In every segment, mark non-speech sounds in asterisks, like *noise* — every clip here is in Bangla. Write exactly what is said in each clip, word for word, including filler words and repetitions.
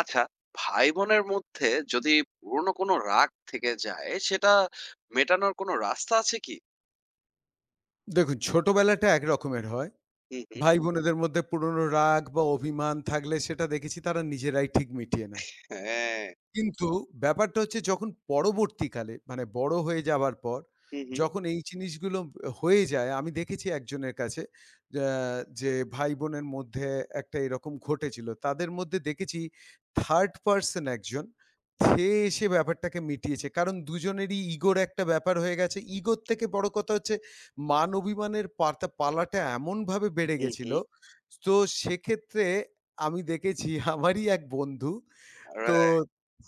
আচ্ছা, ভাই বোনের মধ্যে যদি পুরনো কোনো রাগ থেকে যায় সেটা মেটানোর কোনো রাস্তা আছে কি? দেখুন, ছোটবেলাটা একরকমের হয়। হুম, হুম। ভাই-বোনেদের মধ্যে পুরনো রাগ বা অভিমান থাকলে সেটা দেখেছি তারা নিজেরাই ঠিক মিটিয়ে নেয়। হ্যাঁ। কিন্তু ব্যাপারটা হচ্ছে যখন পরবর্তীকালে মানে বড় হয়ে যাবার পর হুম, হুম। যখন এই জিনিসগুলো হয়ে যায়, আমি দেখেছি একজনের কাছে আ যে ভাই-বোনের মধ্যে একটা এরকম ঘটেছিল। তাদের মধ্যে দেখেছি থার্ড পারসন একজন সে এসে ব্যাপারটাকে মিটিয়েছে। কারণ দুজনেরই ইগোর একটা ব্যাপার হয়ে গেছে। ইগোর থেকে বড় কথা হচ্ছে মান অভিমানের পাতা পালাটা এমনভাবে বেড়ে হুম, গেছিল। হুম। তো সেক্ষেত্রে আমি দেখেছি আমারই এক বন্ধু, তো alright,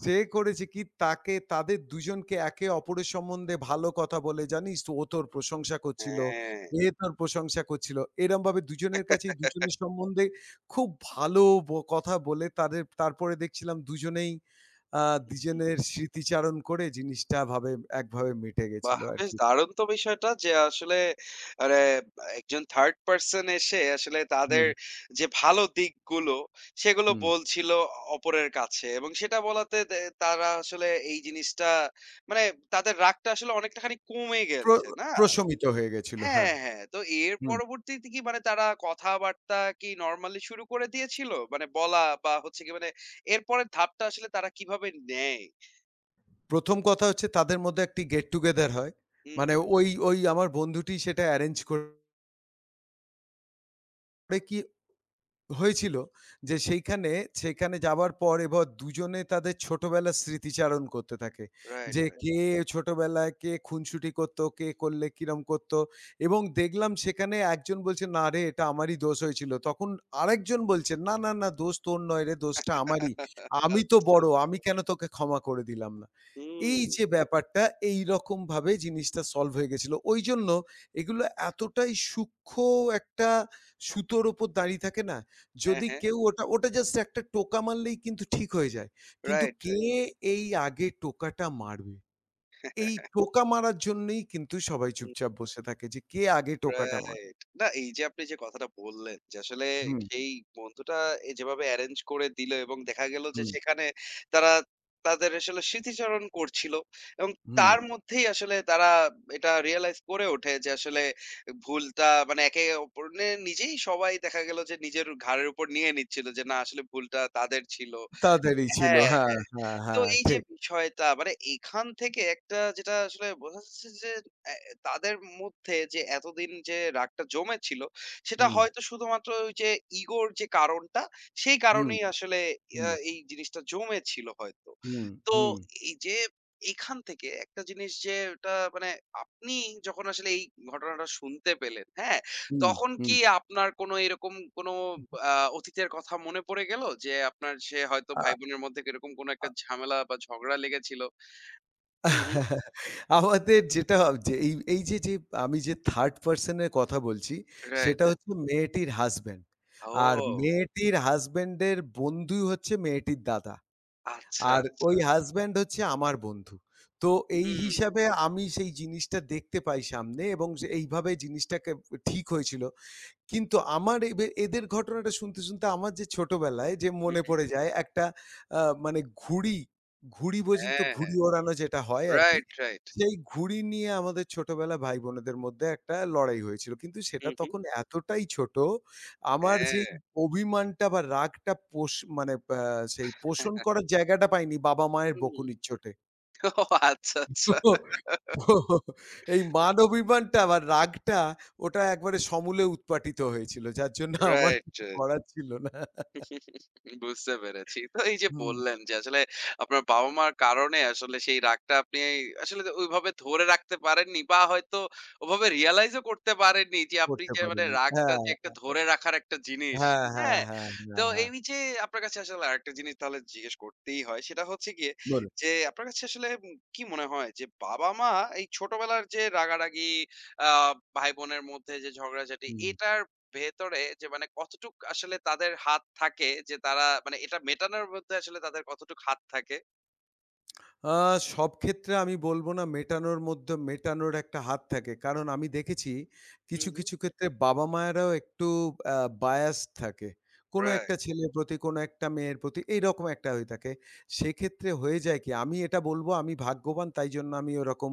যে করেছে কি তাকে তাদের দুজনকে একে অপরের সম্বন্ধে ভালো কথা বলে, "জানিস তো ও তোর প্রশংসা করছিল, হ্যাঁ। এ তোর প্রশংসা করছিল।" এরমভাবে দুজনের কাছেই দুজনের সম্বন্ধে খুব ভালো ব কথা বলে তাদের, তারপরে দেখছিলাম দুজনেই আ হুম। দুজনের *laughs* স্মৃতিচারণ করে জিনিসটা ভাবে একভাবে মিটে গেছিল বাহ, বেশ আরকি। দারুণ তো বিষয়টা যে আসলে আরে একজন থার্ড পার্সন এসে আসলে তাদের হুম, যে ভালো দিকগুলো সেগুলো হুম। বলছিল অপরের কাছে, এবং সেটা বলাতে দে- তারা আসলে এই জিনিসটা মানে তাদের রাগটা আসলে অনেকটাখানি কমে প্র গেছে না? প্রশমিত হয়ে গেছিল, হ্যাঁ। হ্যাঁ, হ্যাঁ। তো এর হুম। পরবর্তীতে কি মানে তারা কথাবার্তা কি নরমালি শুরু করে দিয়েছিল? মানে বলা বা হচ্ছে গিয়ে মানে এর পরের ধাপটা আসলে তারা কিভাবে নেয়? প্রথম কথা হচ্ছে তাদের মধ্যে একটি গেট টুগেদার হয়। হুম, মানে হুম। ওই ওই আমার বন্ধুটি সেটা এরেঞ্জ করে, পরে কি হয়েছিল যে সেইখানে, সেইখানে যাবার পর এবার দুজনে তাদের ছোটবেলার স্মৃতিচারণ করতে থাকে। রাইট, যে রাইট। কে ছোটবেলায় কে খুনসুটি করত, কে করলে কিরম করত, এবং দেখলাম সেখানে একজন বলছে, "না রে এটা আমারই দোষ হয়েছিল।" তখন আরেকজন বলছে, "না, না, না দোষ তোর নয় রে, দোষটা আমারই। *laughs* আমি তো আচ্ছা, বড়, আচ্ছা। আমি কেন তোকে ক্ষমা করে দিলাম না?" এই হুম। যে ব্যাপারটা, এইরকমভাবে জিনিসটা সলভ হয়ে গেছিল। ঐজন্য এগুলো এতটাই সূক্ষ্ম একটা সুতোর উপর দাঁড়িয়ে থাকে না? হ্যাঁ, যদি হ্যাঁ। কেউ ওটা ওটা জাস্ট একটা টোকা মারলেই কিন্তু ঠিক হয়ে যায়। কিন্তু রাইট, কে রাইট। এই আগে টোকাটা মারবে? হ্যাঁ, এই হ্যাঁ। টোকা মারার জন্যই কিন্তু সবাই হুম। চুপচাপ বসে থাকে যে কে আগে টোকাটা মার। রাইট। না, এই যে আপনি যে কথাটা বললেন যে আসলে হুম, সেই বন্ধুটা এ যেভাবে এরেঞ্জ করে দিল এবং দেখা গেল যে হুম, সেখানে তারা তাদের আসলে স্মৃতিচারণ করছিল এবং হুম। তার মধ্যেই আসলে তারা এটা রিয়ালাইজ করে ওঠে যে আসলে ভুলটা মানে একে অপরে নিজেই সবাই দেখা গেল যে নিজের ঘাড়ের উপর নিয়ে নিচ্ছিল যে না আসলে ভুলটা তাদের ছিল। তাদেরই ছিল। হ্যাঁ, হ্যাঁ, হ্যাঁ, তো হ্যাঁ, এই যে ঠিক। বিষয়টা মানে এখান থেকে একটা যেটা আসলে বোঝা যাচ্ছে যে অ্যা তাদের মধ্যে যে এতদিন যে রাগটা জমে ছিল, সেটা হুম, হয়তো শুধুমাত্র ওই যে ইগোর যে কারণটা, সেই হুম, কারণেই আসলে আ হুম, এই জিনিসটা জমে ছিল হয়তো। হুম, তো হুম, এই যে এখান থেকে একটা জিনিস যে ওটা মানে আপনি যখন আসলে এই ঘটনাটা শুনতে পেলেন, হ্যাঁ? হুম, তখন হুম। কি আপনার কোনো এরকম কোনো আ অতীতের কথা মনে পড়ে গেল? যে আপনার সে হয়তো আ আ ভাই-বোনের মধ্যে এরকম কোনো একটা ঝামেলা বা ঝগড়া লেগেছিল। হুম, হুম। আমাদের যেটা হবে যে এই এই যে, যে আমি যে থার্ড person এর কথা বলছি, রাইট, রাইট। সেটা হচ্ছে মেয়েটির হাসব্যান্ড। আর ও, মেয়েটির হাসব্যান্ডের বন্ধুই হচ্ছে মেয়েটির দাদা। আচ্ছা, আর আচ্ছা। ওই হাসব্যান্ড হচ্ছে আমার বন্ধু। তো এই হুম, হিসাবে আমি সেই জিনিসটা দেখতে পাই সামনে এবং যে এইভাবে জিনিসটাকে ঠিক হয়েছিল। কিন্তু আমার এবে এদের ঘটনাটা শুনতে, শুনতে আমার যে ছোটবেলায় যে হুম, মনে হুম। পড়ে যায় একটা আ মানে ঘুড়ি, ঘুড়ি পর্যন্ত হ্যাঁ, হ্যাঁ। ঘুড়ি ওড়ানো যেটা হয় আরকি। Right, right. সেই ঘুড়ি নিয়ে আমাদের ছোটবেলা ভাই-বোনেদের মধ্যে একটা লড়াই হয়েছিল। কিন্তু সেটা হুম, হুম। তখন এতটাই ছোট, আমার হ্যাঁ। যেই অভিমানটা বা রাগটা পোষ মানে আ সেই পোষণ করার জায়গাটা পাইনি বাবা-মায়ের হুম। বকুনির চোটে। *laughs* ও, আচ্ছা, আচ্ছা। এই মান অভিমানটা বা রাগটা ওটা একবারে সমূলে উৎপাটিত হয়েছিল। যার জন্য আমার রাইট, কিছু রাইট। করার ছিল না। বুঝতে পেরেছি। তো এই যে হুম, বললেন যে আসলে আপনার বাবা-মার কারণে আসলে সেই রাগটা আপনি আসলে ওইভাবে ধরে রাখতে পারেননি বা হয়তো ওভাবে রিয়ালাইজ ও করতে পারেননি যে আপনি করতে যে মানে পারিনি। রাগটা হ্যাঁ, যে একটা ধরে রাখার একটা জিনিস। হ্যাঁ, হ্যাঁ, হ্যাঁ? হ্যাঁ, হ্যাঁ, হ্যাঁ, হ্যাঁ। হ্যাঁ, তো হ্যাঁ, হ্যাঁ, হ্যাঁ, হ্যাঁ, এই যে আপনার কাছে আসলে আরেকটা জিনিস তাহলে জিজ্ঞেস করতেই হয় সেটা হচ্ছে গিয়ে বলুন। যে আপনার কাছে আসলে উম কি মনে হয় যে বাবা-মা এই ছোটবেলার যে রাগারাগি আ ভাই-বোনের মধ্যে যে ঝগড়াঝাটি হুম। এটার ভেতরে যে মানে কতটুক আসলে তাদের হাত থাকে যে তারা মানে এটা মেটানোর মধ্যে আসলে তাদের কতটুক হাত থাকে? আ সব ক্ষেত্রে আমি বলব না মেটানোর মধ্যে মেটানোর একটা হাত থাকে। কারণ আমি দেখেছি হুম, কিছু, হুম। কিছু ক্ষেত্রে বাবা-মায়েরাও একটু আ biased থাকে। কোনো একটা রাইট। ছেলের প্রতি, কোনো একটা মেয়ের প্রতি এইরকম একটা হয়ে থাকে। সেক্ষেত্রে হয়ে যায় কি, আমি এটা বলব আমি ভাগ্যবান তাই জন্য আমি ওরকম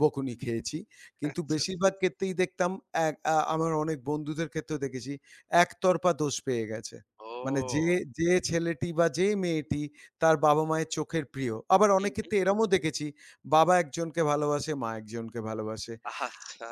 বকুনি খেয়েছি। কিন্তু আচ্ছা, আচ্ছা। বেশিরভাগ ক্ষেত্রেই দেখতাম এক আ আমার অনেক বন্ধুদের ক্ষেত্রেও দেখেছি একতরফা দোষ পেয়ে গেছে। মানে যে, ও! যে ছেলেটি বা যে মেয়েটি তার বাবা-মায়ের চোখের প্রিয়। আবার অনেক হুম, হুম। ক্ষেত্রে এরমও দেখেছি, বাবা একজনকে ভালোবাসে, মা একজনকে ভালোবাসে। আচ্ছা।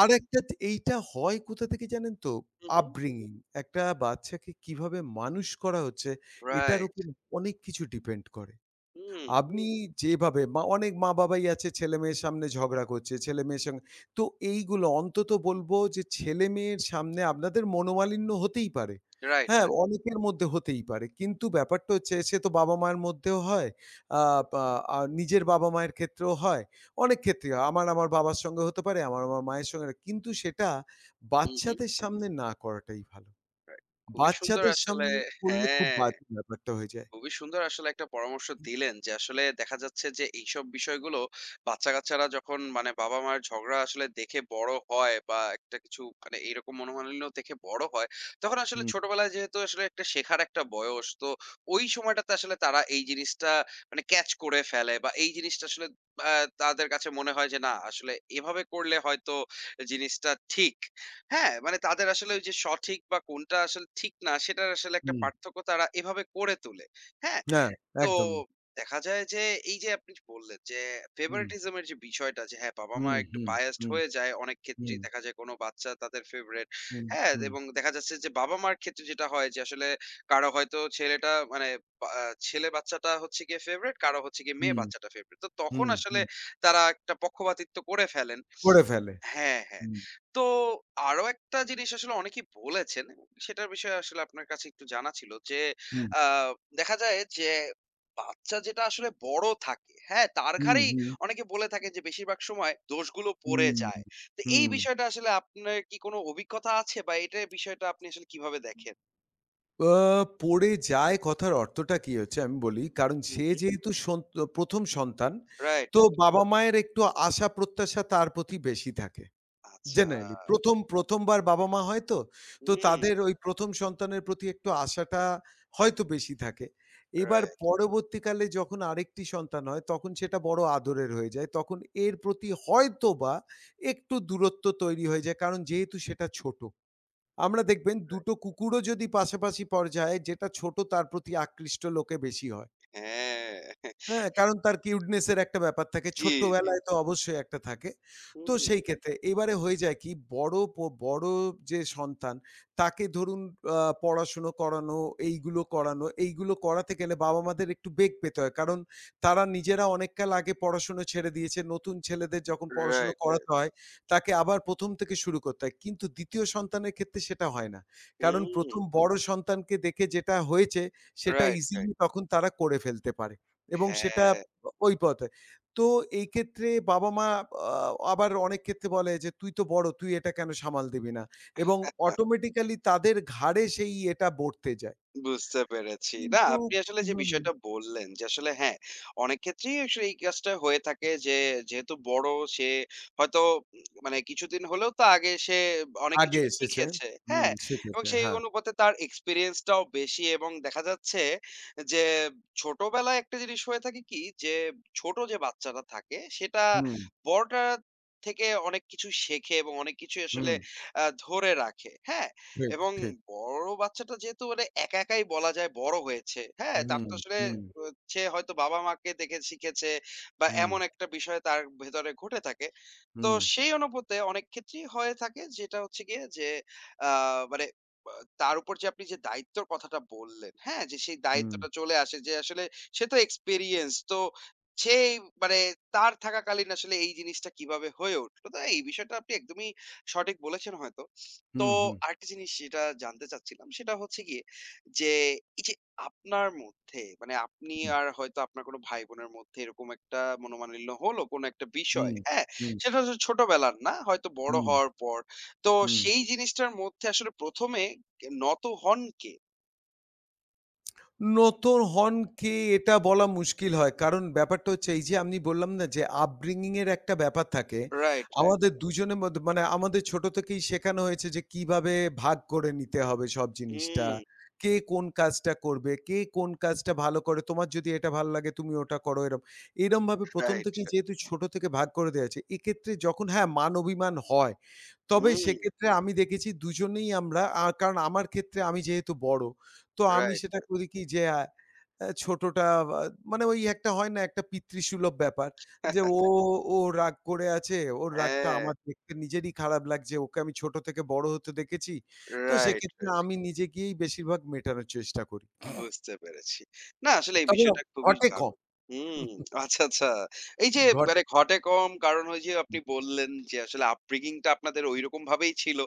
আরেকটা ত এইটা হয় কোথা থেকে জানেন তো? হুম, হুম। upbringing। একটা বাচ্চাকে কিভাবে মানুষ করা হচ্ছে, এটার রাইট। উপর অনেক কিছু ডিপেন্ড করে। হুম। আপনি যেভাবে মা অনেক মা-বাবাই আছে ছেলেমেয়ের সামনে ঝগড়া করছে, ছেলেমেয়ের সঙ্গে, তো এইগুলো অন্তত বলবো যে ছেলেমেয়ের সামনে আপনাদের মনোমালিন্য হতেই পারে। রাইট, হ্যাঁ, রাইট। অনেকের মধ্যে হতেই পারে। কিন্তু ব্যাপারটা হচ্ছে সে তো বাবা-মায়ের মধ্যেও হয়, আ পা আ নিজের বাবা-মায়ের ক্ষেত্রেও হয়। অনেক ক্ষেত্রেই হয়। আমার, আমার বাবার সঙ্গে হতে পারে, আমার, আমার মায়ের সঙ্গে না। কিন্তু সেটা হুম, হুম। বাচ্চাদের সামনে না করাটাই ভালো। রাইট। খুবই সুন্দর বাচ্চাদের আসলে। সামনে করলে খুব হ্যাঁ। বাজে ব্যাপারটা হয়ে যায়। খুবই সুন্দর আসলে একটা পরামর্শ দিলেন যে আসলে দেখা যাচ্ছে যে এইসব বিষয়গুলো বাচ্চা কাচ্চারা যখন মানে বাবা মায়ের ঝগড়া আসলে দেখে বড় হয় বা একটা কিছু মানে এইরকম মনোমালিন্য দেখে বড় হয় তখন আসলে হুম, ছোটবেলায় যেহেতু আসলে একটা শেখার একটা বয়স, তো ওই সময়টাতে আসলে তারা এই জিনিসটা মানে ক্যাচ করে ফেলে বা এই জিনিসটা আসলে আহ, তাদের কাছে মনে হয় যে না আসলে এভাবে করলে হয়তো জিনিসটা ঠিক। হ্যাঁ মানে তাদের আসলে ওই যে সঠিক বা কোনটা আসলে ঠিক না সেটার আসলে একটা হুম। পার্থক্য তারা এভাবে করে তোলে। হ্যাঁ, হ্যাঁ, তো একদমই। দেখা যায় যে এই যে আপনি বললেন যে হুম, favoritism এর যে বিষয়টা যে হ্যাঁ, বাবা-মা হুম, একটু হুম, biased হুম, হয়ে যায় অনেক হুম, ক্ষেত্রেই দেখা যায় কোনো বাচ্চা তাদের ফেভারিট। হুম, হ্যাঁ, হুম, এবং দেখা যাচ্ছে যে বাবা-মার ক্ষেত্রে যেটা হয় যে আসলে কারো হয়তো ছেলেটা মানে বা আহ, ছেলে বাচ্চাটা হচ্ছে গিয়ে ফেভারিট, কারো হচ্ছে গিয়ে মেয়ে হুম, বাচ্চাটা ফেভারিট। তো তখন হুম, আসলে হুম, তারা একটা পক্ষপাতিত্ব করে ফেলেন। করে ফেলে। হ্যাঁ, হ্যাঁ। হুম, তো আরো একটা জিনিস আসলে অনেকেই বলেছেন, সেটার বিষয়ে আসলে আপনার কাছে একটু জানা ছিল যে, হুম, আ দেখা যায় যে বাচ্চা যেটা আসলে বড় থাকে, হ্যাঁ? তার হুম, ঘাড়েই হুম, অনেকে বলে থাকেন যে বেশিরভাগ সময় দোষগুলো পড়ে হুম, যায়। তো এই হুম। বিষয়টা আসলে আপনার কি কোনো অভিজ্ঞতা আছে বা এটা বিষয়টা আপনি আসলে কিভাবে দেখেন? আ পড়ে যায় কথার অর্থটা কি হচ্ছে আমি বলি। কারণ হুম, সে হুম। যেহেতু সন্ত প্রথম সন্তান, রাইট, তো রাইট। বাবা-মায়ের একটু আশা প্রত্যাশা তার প্রতি বেশি থাকে। আচ্ছা। জেনারেলি ১ম, প্রথম বার বাবা-মা হয় তো, তো হুম, তাদের ওই প্রথম সন্তানের প্রতি একটু আশাটা হয়তো বেশি থাকে। এবার রাইট, পরবর্তীকালে যখন আরেকটি সন্তান হয় তখন সেটা বড় আদরের হয়ে যায়। তখন এর প্রতি হয়তোবা একটু দূরত্ব তৈরি হয়ে যায় কারণ যেহেতু সেটা ছোট। আমরা দেখবেন দুই রাইট। টো কুকুরও যদি পাশাপাশি পর্যায়ে, যেটা ছোট তার প্রতি আকৃষ্ট লোকে বেশি হয়। হ্যাঁ। হ্যাঁ, কারণ তার কিউটনেস এর একটা ব্যাপার থাকে। জি, জি। ছোট্টবেলায় তো অবশ্যই একটা থাকে। হুম, তো হুম। সেই ক্ষেত্রে এবারে হয়ে যায় কি, বড় প বড় যে সন্তান তাকে ধরুন আ পড়াশুনো করানো, এইগুলো করানো, এইগুলো করাতে গেলে বাবা-মাদের একটু বেগ পেতে হয়। কারণ তারা নিজেরা অনেক কাল আগে পড়াশুনো ছেড়ে দিয়েছে। নতুন ছেলেদের যখন পড়াশুনো রাইট, করাতে রাইট। হয়, তাকে আবার প্রথম থেকে শুরু করতে হয়। কিন্তু দ্বিতীয় সন্তানের ক্ষেত্রে সেটা হয় না। কারণ হুম, প্রথম বড় সন্তানকে দেখে যেটা হয়েছে সেটা রাইট, ইজিলি রাইট। তখন তারা করে ফেলতে পারে। এবং সেটা হ্যাঁ। ওই পথে। তো এই ক্ষেত্রে বাবা-মা আ আবার অনেক ক্ষেত্রে বলে যে, "তুই তো বড়, তুই এটা কেন সামাল দিবি না?" এবং অটোমেটিক্যালি তাদের ঘাড়ে সেই এটা বর্তে যায়। বুঝতে পেরেছি। না, কিন্তু আপনি আসলে হুম, যে বিষয়টা বললেন যে আসলে হ্যাঁ, অনেক ক্ষেত্রেই আসলে এই কাজটা হয়ে থাকে যে যেহেতু বড় সে হয়তো উম মানে কিছুদিন হলেও তো আগে সে অনেক আগে কিছু এসেছে। শিখেছে। হুম, হ্যাঁ? এবং শিখেছে। সেই হ্যাঁ। অনুপাতে তার এক্সপেরিয়েন্স টাও বেশি এবং দেখা যাচ্ছে যে ছোটবেলায় একটা জিনিস হয়ে থাকে কি যে ছোট যে বাচ্চাটা থাকে সেটা হুম, বড়টা থেকে অনেক কিছু শেখে এবং অনেক কিছুই আসলে হুম। আ ধরে রাখে। হ্যাঁ? ঠিক, এবং ঠিক। বড় বাচ্চাটা যেহেতু মানে একা একাই বলা যায় বড় হয়েছে। হ্যাঁ? হুম, তার তো আসলে হুম, অ সে হয়তো বাবা-মাকে দেখে শিখেছে বা হুম, এমন একটা বিষয় তার ভেতরে ঘটে থাকে। তো হুম, সেই অনুপাতে অনেক ক্ষেত্রেই হয়ে থাকে যেটা হচ্ছে গিয়ে যে আ মানে বা তার উপর যে আপনি যে দায়িত্বর কথাটা বললেন, হ্যাঁ? যে সেই হুম, দায়িত্বটা চলে আসে যে আসলে সে তো এক্সপেরিয়েন্স তো সেই মানে তার থাকাকালীন আসলে এই জিনিসটা কিভাবে হয়ে উঠলো। তো এই বিষয়টা আপনি একদমই সঠিক বলেছেন হয়তো। তো হুম, হুম, আরেকটা জিনিস যেটা জানতে চাচ্ছিলাম সেটা হচ্ছে গিয়ে যে, এই যে আপনার মধ্যে মানে আপনি হুম, আর হয়তো আপনার কোনো ভাই-বোনের মধ্যে এরকম একটা মনোমালিন্য হলো কোনো একটা হুম, বিষয়ে, হ্যাঁ? হুম, সেটা হচ্ছে ছোটবেলার না, হয়তো বড় হুম, হওয়ার পর। তো হুম। সেই জিনিসটার মধ্যে আসলে প্রথম এ কে নত হন কে? নতুন হন কে, এটা বলা মুশকিল হয়। কারণ ব্যাপারটা হচ্ছে এই যে আমি বললাম না যে upbringing এর একটা ব্যাপার থাকে। Right, right. আমাদের দুজনের মধ্যে মানে আমাদের ছোট থেকেই শেখানো হয়েছে যে কিভাবে ভাগ করে নিতে হবে সব জিনিসটা। হুম, কে কোন কাজটা করবে, কে কোন কাজটা ভালো করে, তোমার যদি এটা ভালো লাগে তুমি ওটা করো এরম। এরমভাবে প্রথম রাইট। থেকেই যেহেতু ছোট থেকে ভাগ করে দেয়া আছে। এক্ষেত্রে যখন হ্যাঁ মান অভিমান হয়, তবে হুম, সেক্ষেত্রে আমি দেখেছি দুজনেই আমরা আ কারণ আমার ক্ষেত্রে আমি যেহেতু বড়, তো আমি রাইট। সেটা করি কি যে আ অ্যা ছোটটা বা মানে ওই একটা হয় না একটা পিতৃসুলভ ব্যাপার যে ও, *laughs* ও রাগ করে আছে, ওর রাগটা হ্যাঁ, আমার দেখতে নিজেরই খারাপ লাগছে। ওকে আমি ছোট থেকে বড় হতে দেখেছি। তো রাইট। সেক্ষেত্রে আমি নিজে গিয়েই বেশিরভাগ মেটানোর চেষ্টা করি। বুঝতে পেরেছি। না আসলে এই তবে বিষয়টা খুবই ঘটে কম। দারুণ। হুম, আচ্ছা, আচ্ছা। এই যে ঘটে মানে ঘটে কম কারণ ওই যে আপনি বললেন যে আসলে upbringing টা আপনাদের ঐরকম ভাবেই ছিল।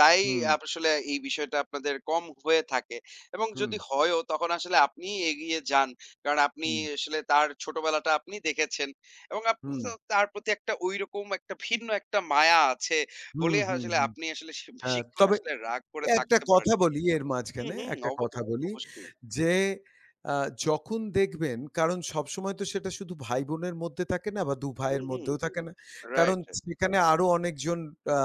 তাই হুম, আসলে এই বিষয়টা আপনাদের কম হয়ে থাকে এবং হুম, যদি হয়ও তখন আসলে আপনি এগিয়ে যান। কারণ আপনি হুম, আসলে তার ছোটবেলাটা আপনি দেখেছেন এবং আপনি হুম, তো তার প্রতি একটা ঐরকম একটা ভিন্ন একটা মায়া আছে হুম, বলেই হুম, হুম, আসলে হুম। আপনি আসলে সে হ্যাঁ, বেশিক্ষণ তবে আসলে রাগ করে একটা থাকতে পারেন কথা না। বলি এর হুম, মাঝখানে, হুম। একটা কথা অবশ্যই, বলি অবশ্যই। যে আ যখন দেখবেন কারণ সবসময় তো সেটা শুধু ভাই-বোনের মধ্যে থাকে না বা দুই হুম, ভাইয়ের হুম। মধ্যেও থাকে না। কারণ রাইট, রাইট। সেখানে আরো অনেকজন আ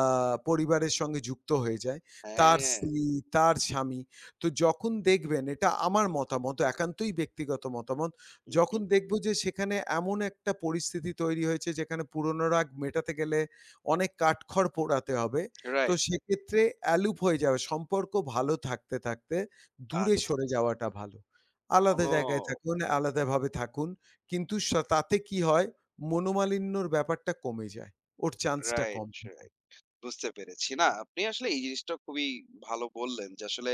পরিবারের সঙ্গে যুক্ত হয়ে যায়। তার হ্যাঁ। স্ত্রী, তার স্বামী। তো যখন দেখবেন, এটা আমার মতামত, একান্তই ব্যক্তিগত মতামত। হু, হু। যখন দেখব যে সেখানে এমন একটা পরিস্থিতি তৈরি হয়েছে যেখানে পুরনো রাগ মেটাতে গেলে অনেক কাঠখড় পোড়াতে হবে, তো রাইট। সেক্ষেত্রে অ্যালুপ হয়ে যাবে। সম্পর্ক ভালো থাকতে, থাকতে দূরে আচ্ছা, সরে আচ্ছা। যাওয়াটা ভালো। আলাদা জায়গায় ও! থাকুন, আলাদাভাবে থাকুন। কিন্তু সা তাতে কি হয়? মনোমালিন্যর ব্যাপারটা কমে যায়। ওর চান্সটা রাইট, কম। রাইট। বুঝতে পেরেছি। না, আপনি আসলে এই জিনিসটা খুবই ভালো বললেন যে আসলে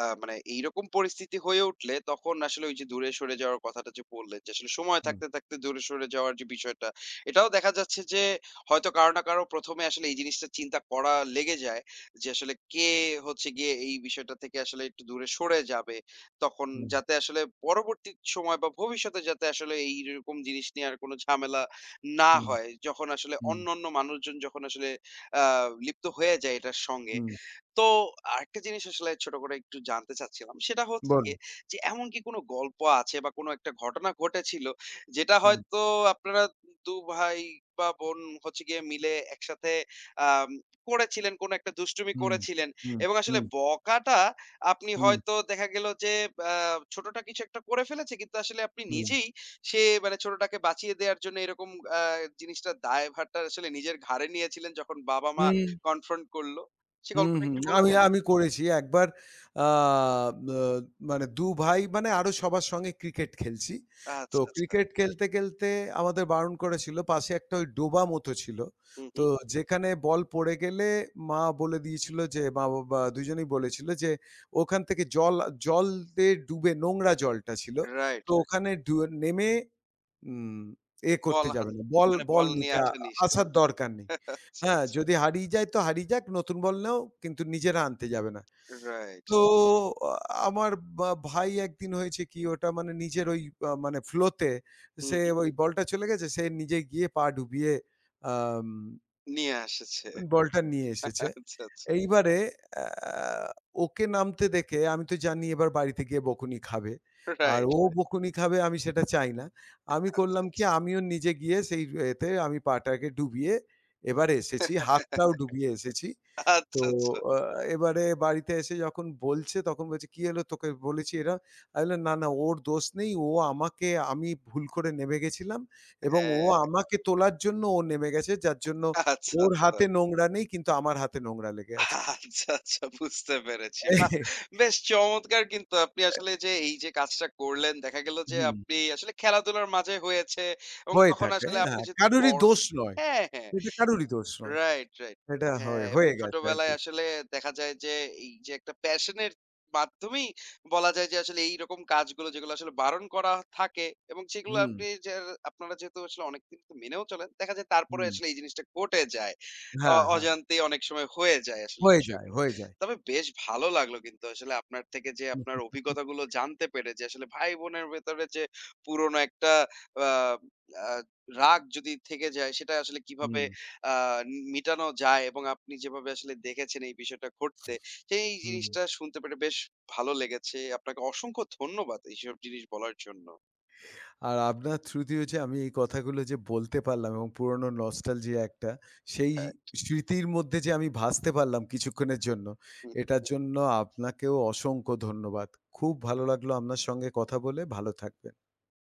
আ মানে এইরকম পরিস্থিতি হয়ে উঠলে তখন আসলে ওই যে দূরে সরে যাওয়ার কথাটা যে বললেন যে আসলে সময় হুম, থাকতে, থাকতে দূরে সরে যাওয়ার যে বিষয়টা, এটাও দেখা যাচ্ছে যে হয়তো কারো না কারো প্রথম এ আসলে এই জিনিসটা চিন্তা করা লেগে যায় যে আসলে কে হচ্ছে গিয়ে এই বিষয়টা থেকে আসলে একটু দূরে সরে যাবে। তখন হুম, যাতে আসলে পরবর্তী সময় বা ভবিষ্যতে যাতে আসলে এইরকম জিনিস নিয়ে আর কোনো ঝামেলা না হুম, হয়। যখন আসলে হুম, অন্যান্য মানুষজন যখন আসলে আ লিপ্ত হয়ে যায় এটার সঙ্গে। হুম, হুম, তো আরেকটা জিনিস আসলে ছোট করে একটু জানতে চাচ্ছিলাম। সেটা হচ্ছে বলুন। গিয়ে যে এমন কি কোনো গল্প আছে বা কোনো একটা ঘটনা ঘটেছিল যেটা হুম, হয়তো আপনারা দুই ভাই বা বোন হচ্ছে গিয়ে মিলে একসাথে আম করেছিলেন, কোনো একটা দুষ্টুমি হুম, করেছিলেন হুম, এবং আসলে হুম, বকাটা আপনি হুম, হয়তো দেখা গেল যে আ ছোটটা কিছু একটা করে ফেলেছে কিন্তু আসলে আপনি হুম, নিজেই সে মানে ছোটটাকে বাঁচিয়ে দেয়ার জন্য এরকম আ জিনিসটার দায়ভারটা আসলে নিজের ঘাড়ে নিয়েছিলেন যখন বাবা-মা হুম। কনফ্রন্ট করল? সে হুম, গল্পটা হুম। একটু আমি বলবেন? আমি করেছি একবার আ ম্যা মানে দুই ভাই মানে আরো সবার সঙ্গে ক্রিকেট খেলছি। তো আচ্ছা, আচ্ছা। ক্রিকেট খেলতে, খেলতে আমাদের বারণ করেছিল। পাশে একটা ওই ডোবা মতো ছিল। হু, তো হু। যেখানে বল পড়ে গেলে মা বলে দিয়েছিল যে মা-বাবা দুজনেই বলেছিল যে ওখান থেকে জল জল দিয়ে ডুবে নোংরা জলটা ছিল। রাইট। তো ওখানে ডু নেমে উম এ করতে বলান যাবে না। বল, মানে বল বল নিয়ে নিতে আ আসেনি সে। আসার দরকার নেই। আচ্ছা, হ্যাঁ, আচ্ছা। যদি হারিয়ে যায় তো হারিয়ে যাক, নতুন বল নাও কিন্তু নিজেরা আনতে যাবে না। রাইট। তো আ আমার বা ভাই একদিন হয়েছে কি ওটা মানে নিজের ওই আ মানে ফ্লো তে হু, সে হু। ওই বলটা চলে গেছে। সে নিজে গিয়ে পা ডুবিয়ে আম নিয়ে এসেছে। বলটা নিয়ে এসেছে। আচ্ছা, আচ্ছা। এইবারে আ ওকে নামতে দেখে আমি তো জানি এবার বাড়িতে গিয়ে বকুনি খাবে। আর রাইট, ও রাইট। বকুনি খাবে আমি সেটা চাই না। আমি আচ্ছা, করলাম কি আচ্ছা। আমিও নিজে গিয়ে সেই, এতে আমি পাটাকে ডুবিয়ে এবার এসেছি। হাতটাও ডুবিয়ে এসেছি। তো আচ্ছা, আচ্ছা। আ এবারে বাড়িতে এসে যখন বলছে তখন বলছে, "কি হলো তোকে বলেছি এরা?" আমি বললাম, "না, না ওর দোষ নেই। ও আমাকে আমি ভুল করে নেমে গেছিলাম এবং ও হ্যাঁ। আমাকে তোলার জন্য ও নেমে গেছে। যার জন্য আচ্ছা, ওর আচ্ছা। হাতে নোংরা নেই কিন্তু আমার হাতে নোংরা লেগে আছে।" আচ্ছা, আচ্ছা, বুঝতে পেরেছি। বাহ! বেশ চমৎকার কিন্তু আপনি আসলে যে এই যে কাজটা করলেন দেখা গেল যে হুম, আপনি আসলে খেলাধুলার মাঝে হয়েছে এবং হয়ে তখন থাকে। আসলে আপনি হ্যাঁ, যেহেতু কারোরই বড়। দোষ নয়। হ্যাঁ, হ্যাঁ। এটা কারোরই দোষ নয়। Right, right. এটা হ্যাঁ, হয় এবং হয়ে গেছে ছোটবেলায় আরকি। আসলে দেখা যায় যে এই যে একটা প্যাশনের মাধ্যমেই বলা যায় যে আসলে এইরকম কাজগুলো যেগুলো আসলে বারণ করা থাকে এবং সেগুলো হুম, আপনি যে আপনারা যেহেতু আসলে অনেকদিন তো মেনেও চলেন, দেখা যায় তারপরে হুম। আসলে এই জিনিসটা ঘটে যায়। অ হ্যাঁ, হ্যাঁ। অজান্তেই অনেক সময় হয়ে যায় আসলে হয়ে যায়, বিষয়গুলো। হয়ে যায়। তবে বেশ ভালো লাগলো কিন্তু আসলে আপনার থেকে যে আপনার হুম, অভিজ্ঞতাগুলো জানতে পেরে যে আসলে ভাই-বোনের ভেতরে যে পুরনো একটা আ আ রাগ যদি থেকে যায় সেটা আসলে হুম, কিভাবে আ মিটানো যায় এবং আপনি যেভাবে আসলে দেখেছেন এই বিষয়টা ঘটতে, সেই হুম। জিনিসটা শুনতে পেরে বেশ ভালো লেগেছে। আপনাকে অসংখ্য ধন্যবাদ এইসব জিনিস বলার জন্য। আর আপনার থ্রু দিয়ে যে আমি এই কথাগুলো যে বলতে পারলাম এবং পুরনো নস্টালজিয়া একটা সেই হ্যাঁ। স্মৃতির মধ্যে যে আমি ভাসতে পারলাম কিছুক্ষণের জন্য, এটার জন্য আপনাকেও অসংখ্য ধন্যবাদ। খুব ভালো লাগলো আপনার সঙ্গে কথা বলে। ভালো থাকবেন।